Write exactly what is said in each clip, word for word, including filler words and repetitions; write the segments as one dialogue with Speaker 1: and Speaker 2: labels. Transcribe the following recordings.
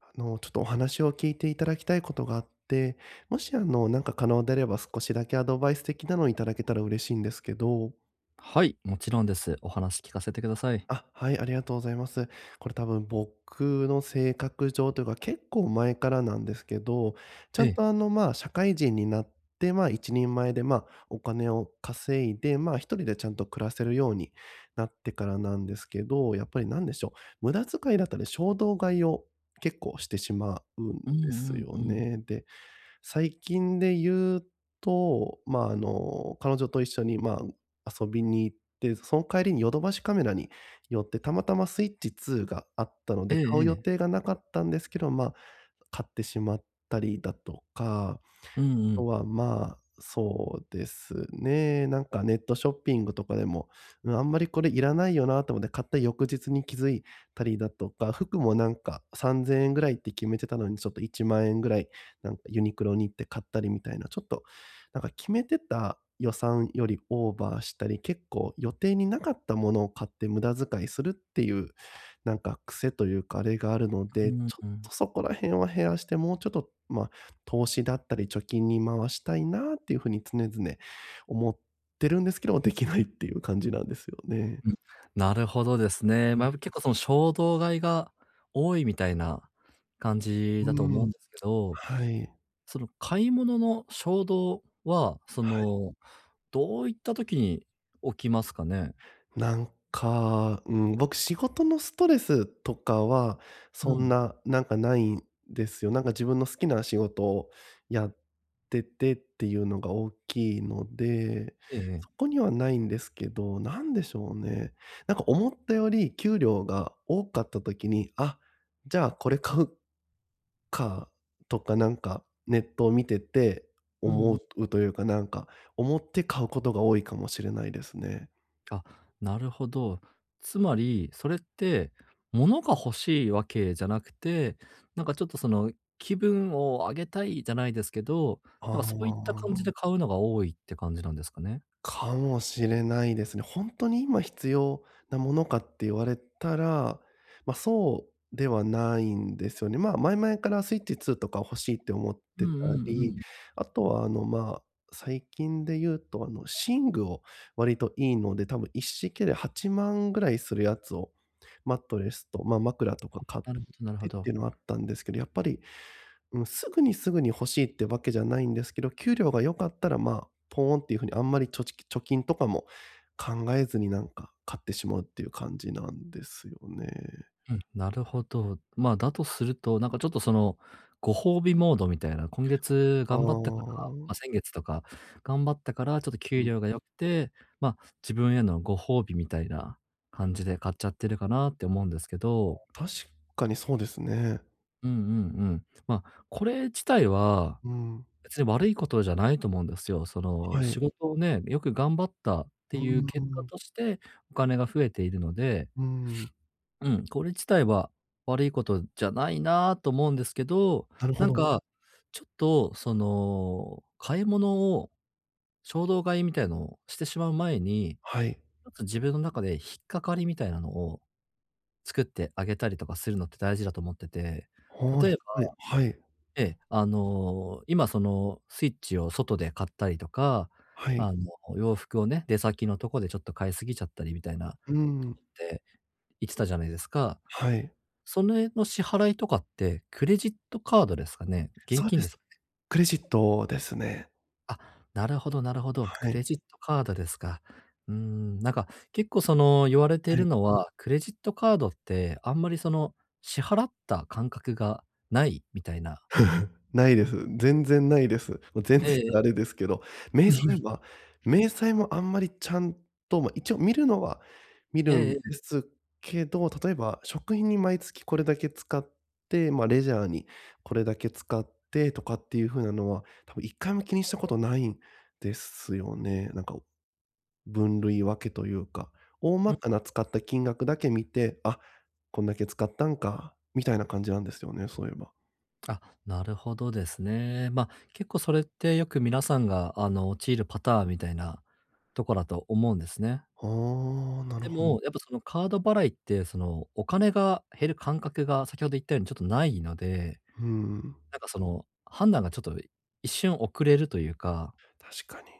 Speaker 1: あの、ちょっとお話を聞いていただきたいことがあって、もしあの、なんか可能であれば少しだけアドバイス的なのをいただけたら嬉しいんですけど。
Speaker 2: はい、もちろんです。お話聞かせてください。
Speaker 1: あ、はい、ありがとうございます。これ多分僕の性格上というか、結構前からなんですけど、ち
Speaker 2: え
Speaker 1: ゃん
Speaker 2: え。
Speaker 1: とあの、まあ、社会人になって、まあ、一人前で、まあ、お金を稼いで、まあ、一人でちゃんと暮らせるようになってからなんですけど、やっぱり何でしょう、無駄遣いだったり衝動買いを結構してしまうん
Speaker 2: うんう
Speaker 1: です
Speaker 2: んう
Speaker 1: よ
Speaker 2: ん。
Speaker 1: ね。で最近で言うと、まあ、あの、彼女と一緒に、まあ、遊びに行って、その帰りにヨドバシカメラに寄って、たまたまスイッチツーがあったの
Speaker 2: え
Speaker 1: で、
Speaker 2: え
Speaker 1: 買
Speaker 2: え
Speaker 1: う予定
Speaker 2: え。
Speaker 1: がなかったんですけど、まあ、買ってしまったりだとか、
Speaker 2: うん
Speaker 1: あ
Speaker 2: う
Speaker 1: と
Speaker 2: ん。
Speaker 1: は、まあ、そうですね。なんかネットショッピングとかでも、うん、あんまりこれいらないよなと思って買った翌日に気づいたりだとか、服もなんかさんぜんえんぐらいって決めてたのに、ちょっといちまん円ぐらい、なんかユニクロに行って買ったりみたいな、ちょっと、なんか決めてた予算よりオーバーしたり、結構予定になかったものを買って無駄遣いするっていうなんか癖というか、あれがあるの
Speaker 2: う
Speaker 1: で、
Speaker 2: んうん
Speaker 1: ちょ
Speaker 2: う
Speaker 1: っ
Speaker 2: ん。
Speaker 1: とそこら辺は減らして、もうちょっと、まあ、投資だったり貯金に回したいなっていう風に常々思ってるんですけど、できないっていう感じなんですよね。
Speaker 2: うん。なるほどですね。ま、あ
Speaker 1: う
Speaker 2: 結構その衝動買いが多いみたいな感じだと
Speaker 1: ん、う
Speaker 2: 思う
Speaker 1: ん、
Speaker 2: んですけど、
Speaker 1: はい、
Speaker 2: その買い物の衝動は、そ
Speaker 1: はい。
Speaker 2: の、どういった時に起きますかね？
Speaker 1: なんか、うん、僕仕事のストレスとかは、
Speaker 2: う
Speaker 1: そん
Speaker 2: ん。
Speaker 1: な、なんかないんですよ。なんか自分の好きな仕事をやっててっていうのが大きいので、
Speaker 2: ええええ。
Speaker 1: そこにはないんですけど、なんでしょうね。なんか思ったより給料が多かった時に、あ、じゃあこれ買うかとか、なんかネットを見てて
Speaker 2: う
Speaker 1: 思
Speaker 2: ん、
Speaker 1: うというか、なんか思って買うことが多いかもしれないですね。
Speaker 2: あ、なるほど。つまり、それって、物が欲しいわけじゃなくて、なんかちょっとその、気分を上げたいじゃないですけど、
Speaker 1: あ
Speaker 2: なんかそういった感じで
Speaker 1: あ。
Speaker 2: 買うのが多いって感じなんですかね？
Speaker 1: かもしれないですね。本当に今必要なものかって言われたら、まあ、そうではないんですよね。まあ、前々からスイッチツーとか欲しいって思っ
Speaker 2: う
Speaker 1: て
Speaker 2: ん
Speaker 1: た
Speaker 2: うんう
Speaker 1: り、
Speaker 2: ん。
Speaker 1: あとはあの、まあ、最近で言うとあの、寝具を割といいので、多分一式ではちまんぐらいするやつを、マットレスと、まあ、枕とか買っ
Speaker 2: なるほどなるほ
Speaker 1: てっ
Speaker 2: ど。
Speaker 1: ていうのはあったんですけど、やっぱりうん、すぐにすぐに欲しいってわけじゃないんですけど、給料が良かったら、まあ、ポーンっていう風にあんまり貯ょ貯金とかも考えずになんか買ってしまうっていう感じなんですよね。
Speaker 2: うん、なるほど。まあ、だとすると、なんかちょっとその、ご褒美モードみたいな、今月
Speaker 1: ああ、
Speaker 2: 頑張ったから、ま
Speaker 1: う
Speaker 2: あ、先月とか頑張ったから、ちょっと給料が
Speaker 1: ん、
Speaker 2: 良くて、まあ、自分へのご褒美みたいな感じで買っちゃってるかなって思うんですけど、
Speaker 1: 確かにそうですね。
Speaker 2: うんうんうん。まあ、これ自体は
Speaker 1: うん、
Speaker 2: 別に悪いことじゃないと思うんですよ。その、
Speaker 1: は
Speaker 2: 仕
Speaker 1: い。
Speaker 2: 事をね、よく頑張ったって
Speaker 1: う
Speaker 2: いう結果
Speaker 1: ん、
Speaker 2: としてお金が増えているので、
Speaker 1: うん、
Speaker 2: うん、これ自体は悪いことじゃないなと思うんですけど、
Speaker 1: なる
Speaker 2: な
Speaker 1: ほ
Speaker 2: んうん。
Speaker 1: ど。
Speaker 2: か、ちょっと、その、買い物を衝動買いみたいのをしてしまう前に、ち
Speaker 1: はい。
Speaker 2: ょっと自分の中で引っかかりみたいなのを作ってあげたりとかするのって大事だと思ってて、
Speaker 1: は
Speaker 2: 例
Speaker 1: い、
Speaker 2: えば、
Speaker 1: はい、はい、
Speaker 2: ええ、あの、今そのスイッチを外で買ったりとか、あの、洋服をね、出先のとこでちょっと買いすぎちゃったりみたいなっ
Speaker 1: うん、
Speaker 2: て言ってたじゃないですか。
Speaker 1: はい。
Speaker 2: それの支払いとかって、クレジットカードですかね？現
Speaker 1: そう
Speaker 2: 金
Speaker 1: で
Speaker 2: で
Speaker 1: す。
Speaker 2: すかね？
Speaker 1: クレジットですね。
Speaker 2: あ、なるほどなるほど、
Speaker 1: は
Speaker 2: ク
Speaker 1: い、
Speaker 2: レジットカードですか。うーん、なんか、結構その、言われてい
Speaker 1: は
Speaker 2: る
Speaker 1: い。
Speaker 2: のは、クレジットカードって、あんまりその、支払った感覚がないみたいな。
Speaker 1: ないです。全然ないです。もう全然
Speaker 2: え
Speaker 1: って
Speaker 2: えええ。
Speaker 1: あれですけど、明細 は、明細もあんまりちゃんと、ま、一応見るのは見るん
Speaker 2: え
Speaker 1: で
Speaker 2: え、
Speaker 1: すけど、例えば食費に毎月これだけ使って、ま、レジャーにこれだけ使ってとかっていう風なのは、多分いっかいも気にしたことないんですよね。なんか分類分けというか、大まかな使った金額だけ見て、あ、こんだけ使ったんかみたいな感じなんですよね、そういえば。
Speaker 2: あ、なるほどですね。ま、結構それってよく皆さんが、あの、陥るパターンみたいなとこだと思うんですね。
Speaker 1: ああ、なる
Speaker 2: で
Speaker 1: ほど。
Speaker 2: も、やっぱそのカード払いって、そのお金が減る感覚が先ほど言ったようにちょっとないので、
Speaker 1: うん。
Speaker 2: なんかその判断がちょっと一瞬遅れるというか、
Speaker 1: 確かに。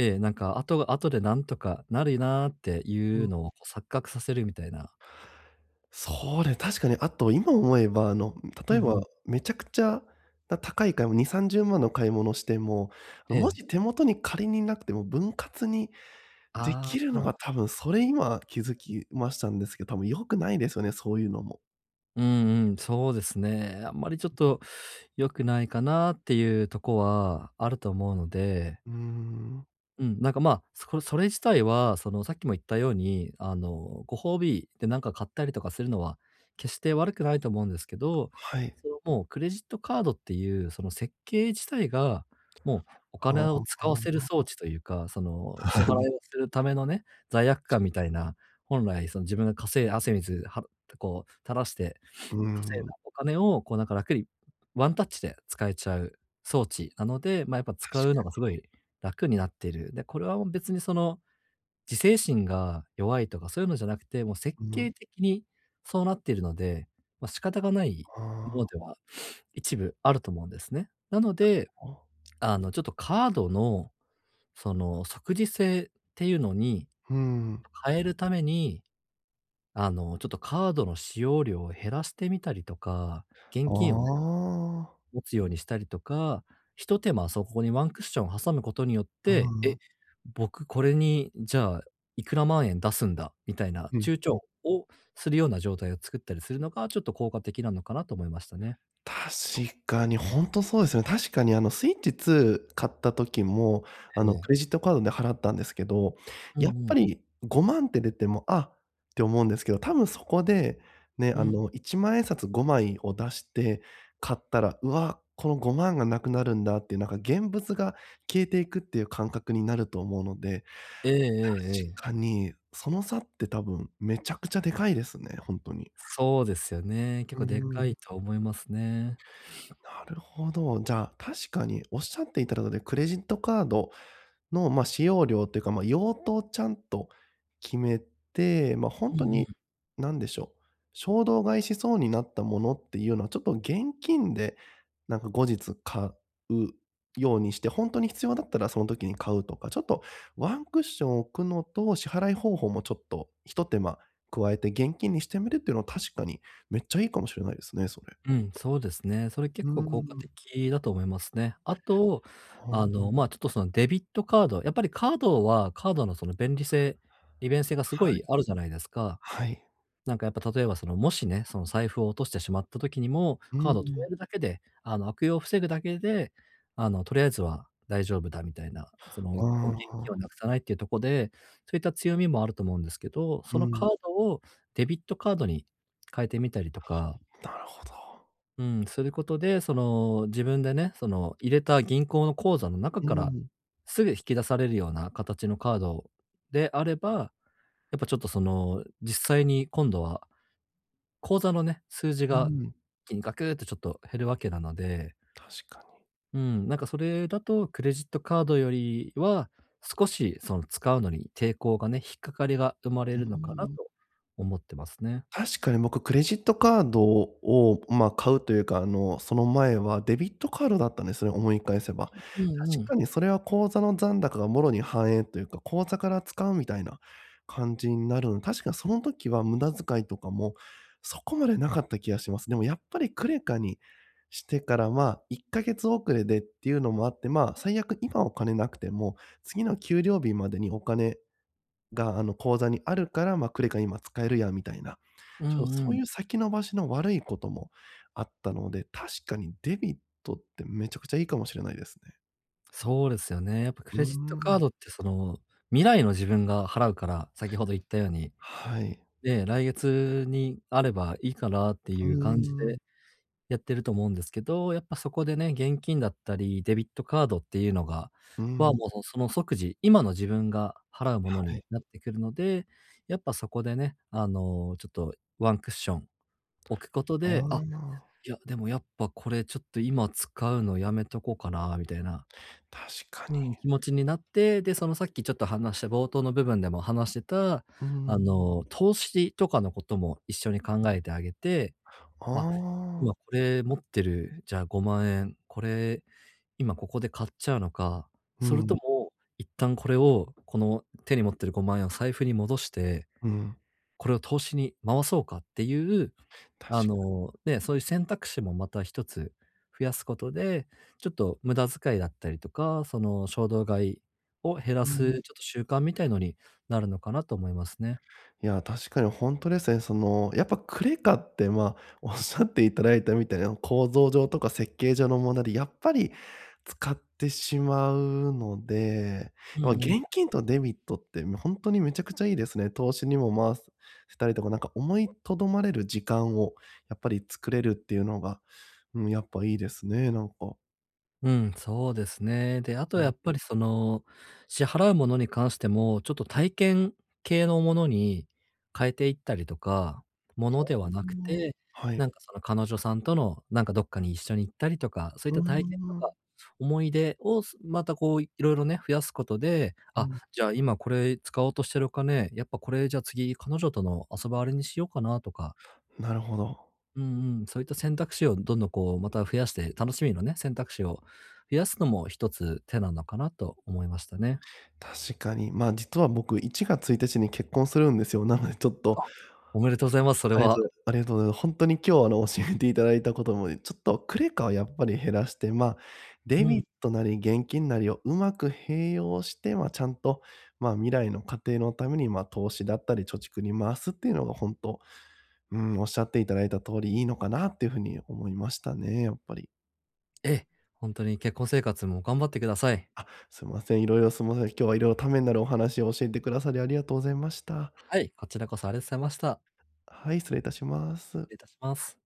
Speaker 2: ええ、なんか後が後でなんとかなるなって
Speaker 1: う
Speaker 2: いう
Speaker 1: ん。
Speaker 2: のをこう錯覚させるみたいな。
Speaker 1: そうね、確かに、あと今思えば、あの、
Speaker 2: うん
Speaker 1: 例
Speaker 2: う
Speaker 1: え
Speaker 2: ん。
Speaker 1: ばめちゃくちゃな高い買い物、に、さんじゅうまんの買い物しても、あ
Speaker 2: え
Speaker 1: の、も
Speaker 2: え。
Speaker 1: し手元に仮になくても分割にで
Speaker 2: あ
Speaker 1: きるのが
Speaker 2: あ。
Speaker 1: 多分それ今気づきましたんですけど、多分良くないですよね、そういうのも。
Speaker 2: うんうん、そうですね。あんまりちょっと良くないかなっていうとこはあると思うので、
Speaker 1: うーん、
Speaker 2: うん、なんか、まあ、そこそれ自体は、その、さっきも言ったように、あの、ご褒美でなんか買ったりとかするのは、決して悪くないと思うんですけど、
Speaker 1: はい。
Speaker 2: その、もうクレジットカードっていう、その設計自体が、もうお
Speaker 1: あ
Speaker 2: 金を使わ
Speaker 1: あ、
Speaker 2: せる装 置というか、その、支払
Speaker 1: あ、
Speaker 2: いをするためのね、罪悪感みたいな、本来その自分が稼い汗水はこう垂らして
Speaker 1: う
Speaker 2: 稼い
Speaker 1: ん、
Speaker 2: だお金を、こうなんか楽にワンタッチで使えちゃう装置なので、ま、やっぱ使うのがすごい楽になっている。で、これはもう別にその、自制心が弱いとかそういうのじゃなくて、もう設
Speaker 1: うん、
Speaker 2: 計的にそうなっているので、ま、仕方がない
Speaker 1: あ
Speaker 2: もので
Speaker 1: あ、
Speaker 2: は一部あると思うんですね。なので、
Speaker 1: あ、
Speaker 2: あの、ちょっとカードの、その、即時性っていうのに
Speaker 1: うん。
Speaker 2: 変えるために、あの、ちょっとカードの使用量を減らしてみたりとか、
Speaker 1: あ
Speaker 2: 現金を
Speaker 1: あ、
Speaker 2: 持つようにしたりとか、ひと手間そこにワンクッション挟むことによっ
Speaker 1: う
Speaker 2: て、え、
Speaker 1: ん、
Speaker 2: 僕これにじゃあいくら万円出すんだみたいな
Speaker 1: うん。
Speaker 2: 躊躇をするような状態を作ったりするのがちょっと効果的なのかなと思いましたね。
Speaker 1: 確かに、ほんとそうですね。確かにあの、スイッチツー買った時も、あ
Speaker 2: え
Speaker 1: の、
Speaker 2: え。
Speaker 1: クレジットカードで払ったんですけど、
Speaker 2: う
Speaker 1: やっ
Speaker 2: んう
Speaker 1: ぱ
Speaker 2: ん。
Speaker 1: りごまんって出ても、あ、って思うんですけど、多分そこで、ね、
Speaker 2: う
Speaker 1: あ
Speaker 2: ん。
Speaker 1: の、いちまん円札ごまいを出して買ったら、うわ、このごまんがなくなるんだっていう、なんか現物が消えていくっていう感覚になると思うので、
Speaker 2: えええ
Speaker 1: 確
Speaker 2: えええ。
Speaker 1: かに、その差って多分めちゃくちゃでかいですね、ほんとに。
Speaker 2: そうですよね。結
Speaker 1: う
Speaker 2: 構
Speaker 1: ー
Speaker 2: でか
Speaker 1: ん、
Speaker 2: いと思いますね。
Speaker 1: なるほど。じゃあ、確かにおっしゃっていただいたので、クレジットカードの、まあ、使用量というか、まあ、用途をちゃんと決めて、ま、あ
Speaker 2: う
Speaker 1: 本当
Speaker 2: んう
Speaker 1: に、
Speaker 2: ん。
Speaker 1: なんでしょう、衝動買いしそうになったものっていうのは、ちょっと現金で、なんか後日買うようにして、本当に必要だったらその時に買うとか、ちょっとワンクッション置くのと、支払い方法もちょっとひと手間加えて現金にしてみるっていうのは確かにめっちゃいいかもしれないですね、それ。
Speaker 2: うん、そうですね。それ
Speaker 1: う
Speaker 2: 結
Speaker 1: ー
Speaker 2: 構効果
Speaker 1: ん。
Speaker 2: 的だと思いますね。あと、あの、まあ、ちょっとそのデビットカード、やっぱりカードはカードのその便利性、利便性がす
Speaker 1: は
Speaker 2: ごい
Speaker 1: い、
Speaker 2: あるじゃないですか。
Speaker 1: はい。
Speaker 2: なんかやっぱ例えばそのもしね、その財布を落としてしまった時にも、
Speaker 1: う
Speaker 2: カードを止め
Speaker 1: ん。
Speaker 2: るだけで、あの、悪用を防ぐだけで、あの、とりあえずは大丈夫だみたいな、その、
Speaker 1: あ
Speaker 2: お現金を
Speaker 1: あ、
Speaker 2: なくさないっていうところで、そういった強みもあると思うんですけど、
Speaker 1: う
Speaker 2: そのカ
Speaker 1: ん。
Speaker 2: ードをデビットカードに変えてみたりとか、
Speaker 1: なるほど。
Speaker 2: うん、することで、その、自分でね、その、入れた銀行の口座の中
Speaker 1: う
Speaker 2: から、
Speaker 1: ん、
Speaker 2: すぐ引き出されるような形のカードであれば、やっぱちょっとその、実際に今度は、口座のね、数字
Speaker 1: う
Speaker 2: が
Speaker 1: ん。
Speaker 2: 一気にガクーってちょっと減るわけなので、
Speaker 1: 確か
Speaker 2: うん、なんかそれだとクレジットカードよりは、少しその使うのに抵抗がね、引っかかりが生まれ
Speaker 1: に。
Speaker 2: る
Speaker 1: う
Speaker 2: のかな
Speaker 1: ーん。
Speaker 2: と思ってますね。
Speaker 1: 確かに僕クレジットカードを、まあ、買うというか、あの、その前はデビットカードだったんですね、思い返せば。確
Speaker 2: うんうん。
Speaker 1: かにそれは口座の残高がもろに反映というか、口座から使うみたいな感じになるので、確かその時は無駄遣いとかもそこまでなかった気がします。でもやっぱりクレカにしてから、まあ、いっかげつ遅れでっていうのもあって、まあ、最悪今お金なくても、次の給料日までにお金が、あの、口座にあるから、ま、クレカ今使えるやみたいな、
Speaker 2: う
Speaker 1: ちょっと
Speaker 2: んう
Speaker 1: そうい
Speaker 2: ん。
Speaker 1: う先延ばしの悪いこともあったので、確かにデビットってめちゃくちゃいいかもしれないですね。
Speaker 2: そうですよね。やっぱク
Speaker 1: うー
Speaker 2: レジットカー
Speaker 1: ん。
Speaker 2: ドってその、未来の自分が払うから、先ほど言ったように、
Speaker 1: はい。
Speaker 2: ね、来月にあればいいかなって
Speaker 1: うー
Speaker 2: いう感じ
Speaker 1: ん。
Speaker 2: でやってると思うんですけど、やっぱそこでね、現金だったり、デビットカードっていうのが、
Speaker 1: う
Speaker 2: は
Speaker 1: ん、
Speaker 2: もうその即時、今の自分が払うもの
Speaker 1: は
Speaker 2: に
Speaker 1: い。
Speaker 2: なってくるので、やっぱそこでね、あの、ちょっとワンクッション置くこと
Speaker 1: あ
Speaker 2: で、あ、
Speaker 1: あ、
Speaker 2: いや、でもやっぱこれちょっと今使うのやめとこうかなみたいな、
Speaker 1: 確かに。
Speaker 2: うん、気持ちになって、で、そのさっきちょっと話した冒頭の部分でも話してた、
Speaker 1: うー
Speaker 2: あ
Speaker 1: ん。
Speaker 2: の、投資とかのことも一緒に考えてあげて、
Speaker 1: あ
Speaker 2: あ、今
Speaker 1: あ、
Speaker 2: これ持ってる、じゃあごまん円、これ今ここで買っちゃうのか、
Speaker 1: う
Speaker 2: それと
Speaker 1: ん、
Speaker 2: も一旦これを、この手に持ってるごまん円を財布に戻して、
Speaker 1: うん。
Speaker 2: これを投資に回そうかっていう、
Speaker 1: 確
Speaker 2: あ
Speaker 1: か、
Speaker 2: の、ね、そういう選択肢もまた一つ増やすことで、ちょっと無駄遣いだったりとか、その衝動買いを減ら
Speaker 1: う
Speaker 2: すちょ
Speaker 1: ん。
Speaker 2: っと習慣みたいのになるのかなと思いますね。
Speaker 1: いや、確かにほんとですね。その、やっぱクレカって、ま、おっしゃっていただいたみたいな、構造上とか設計上の問題で、やっぱり使ってしまうので、
Speaker 2: う
Speaker 1: ま、
Speaker 2: ん
Speaker 1: 現金とデビットって、もうほんとにめちゃくちゃいいですね。投資にも回すしたりとか、なんか思いとどまれる時間をやっぱり作れるっていうのが、うん、やっぱいいですね、なんか。
Speaker 2: うん、そうですね。で、あと
Speaker 1: う
Speaker 2: や
Speaker 1: ん。
Speaker 2: っぱりその、支払うものに関しても、ちょっと体験系のものに変えていったりとか、ものではなく て、
Speaker 1: はい。
Speaker 2: なんかその彼女さんとのなんかどっかに一緒に行ったりとか、そういっ
Speaker 1: うー
Speaker 2: た体験と
Speaker 1: ん。
Speaker 2: か思い出をすまたこういろいろね、増やすことで、
Speaker 1: う
Speaker 2: あ、
Speaker 1: ん。
Speaker 2: じゃあ今これ使おうとしてるお金、やっぱこれじゃあ次彼女との遊ばあれにしようかなとか、
Speaker 1: なるほど。
Speaker 2: うんうん、そういった選択肢をどんどんこう、また増やして、楽しみのね、選択肢を増やすのも一つ手なのかなと思いましたね。
Speaker 1: 確かに。まあ、実は僕いちがつついたちに結婚するんですよ。なのでちょっと、
Speaker 2: おめでとうございます、それ
Speaker 1: ありがと
Speaker 2: は。
Speaker 1: う、ありがとうございます。本当に今日、あの、教えていただいたこともね、ちょっとクレカはやっぱり減らして、まあ、デ
Speaker 2: うん。
Speaker 1: ビットなり現金なりをうまく併用して、まあ、ちゃんと、まあ、未来の家庭のために、まあ、投資だったり貯蓄に回すっていうのが本当、うん、おっしゃっていただいた通りいいのかなっていうふうに思いましたね、やっぱり。
Speaker 2: ええ、ほんとに結婚生活も頑張ってください。
Speaker 1: すいません、いろいろすいません。今日はいろいろためになるお話を教えてくださりありがとうございました。
Speaker 2: はい、こちらこそありがとうございました。
Speaker 1: はい、失礼いたします。
Speaker 2: 失礼いたします。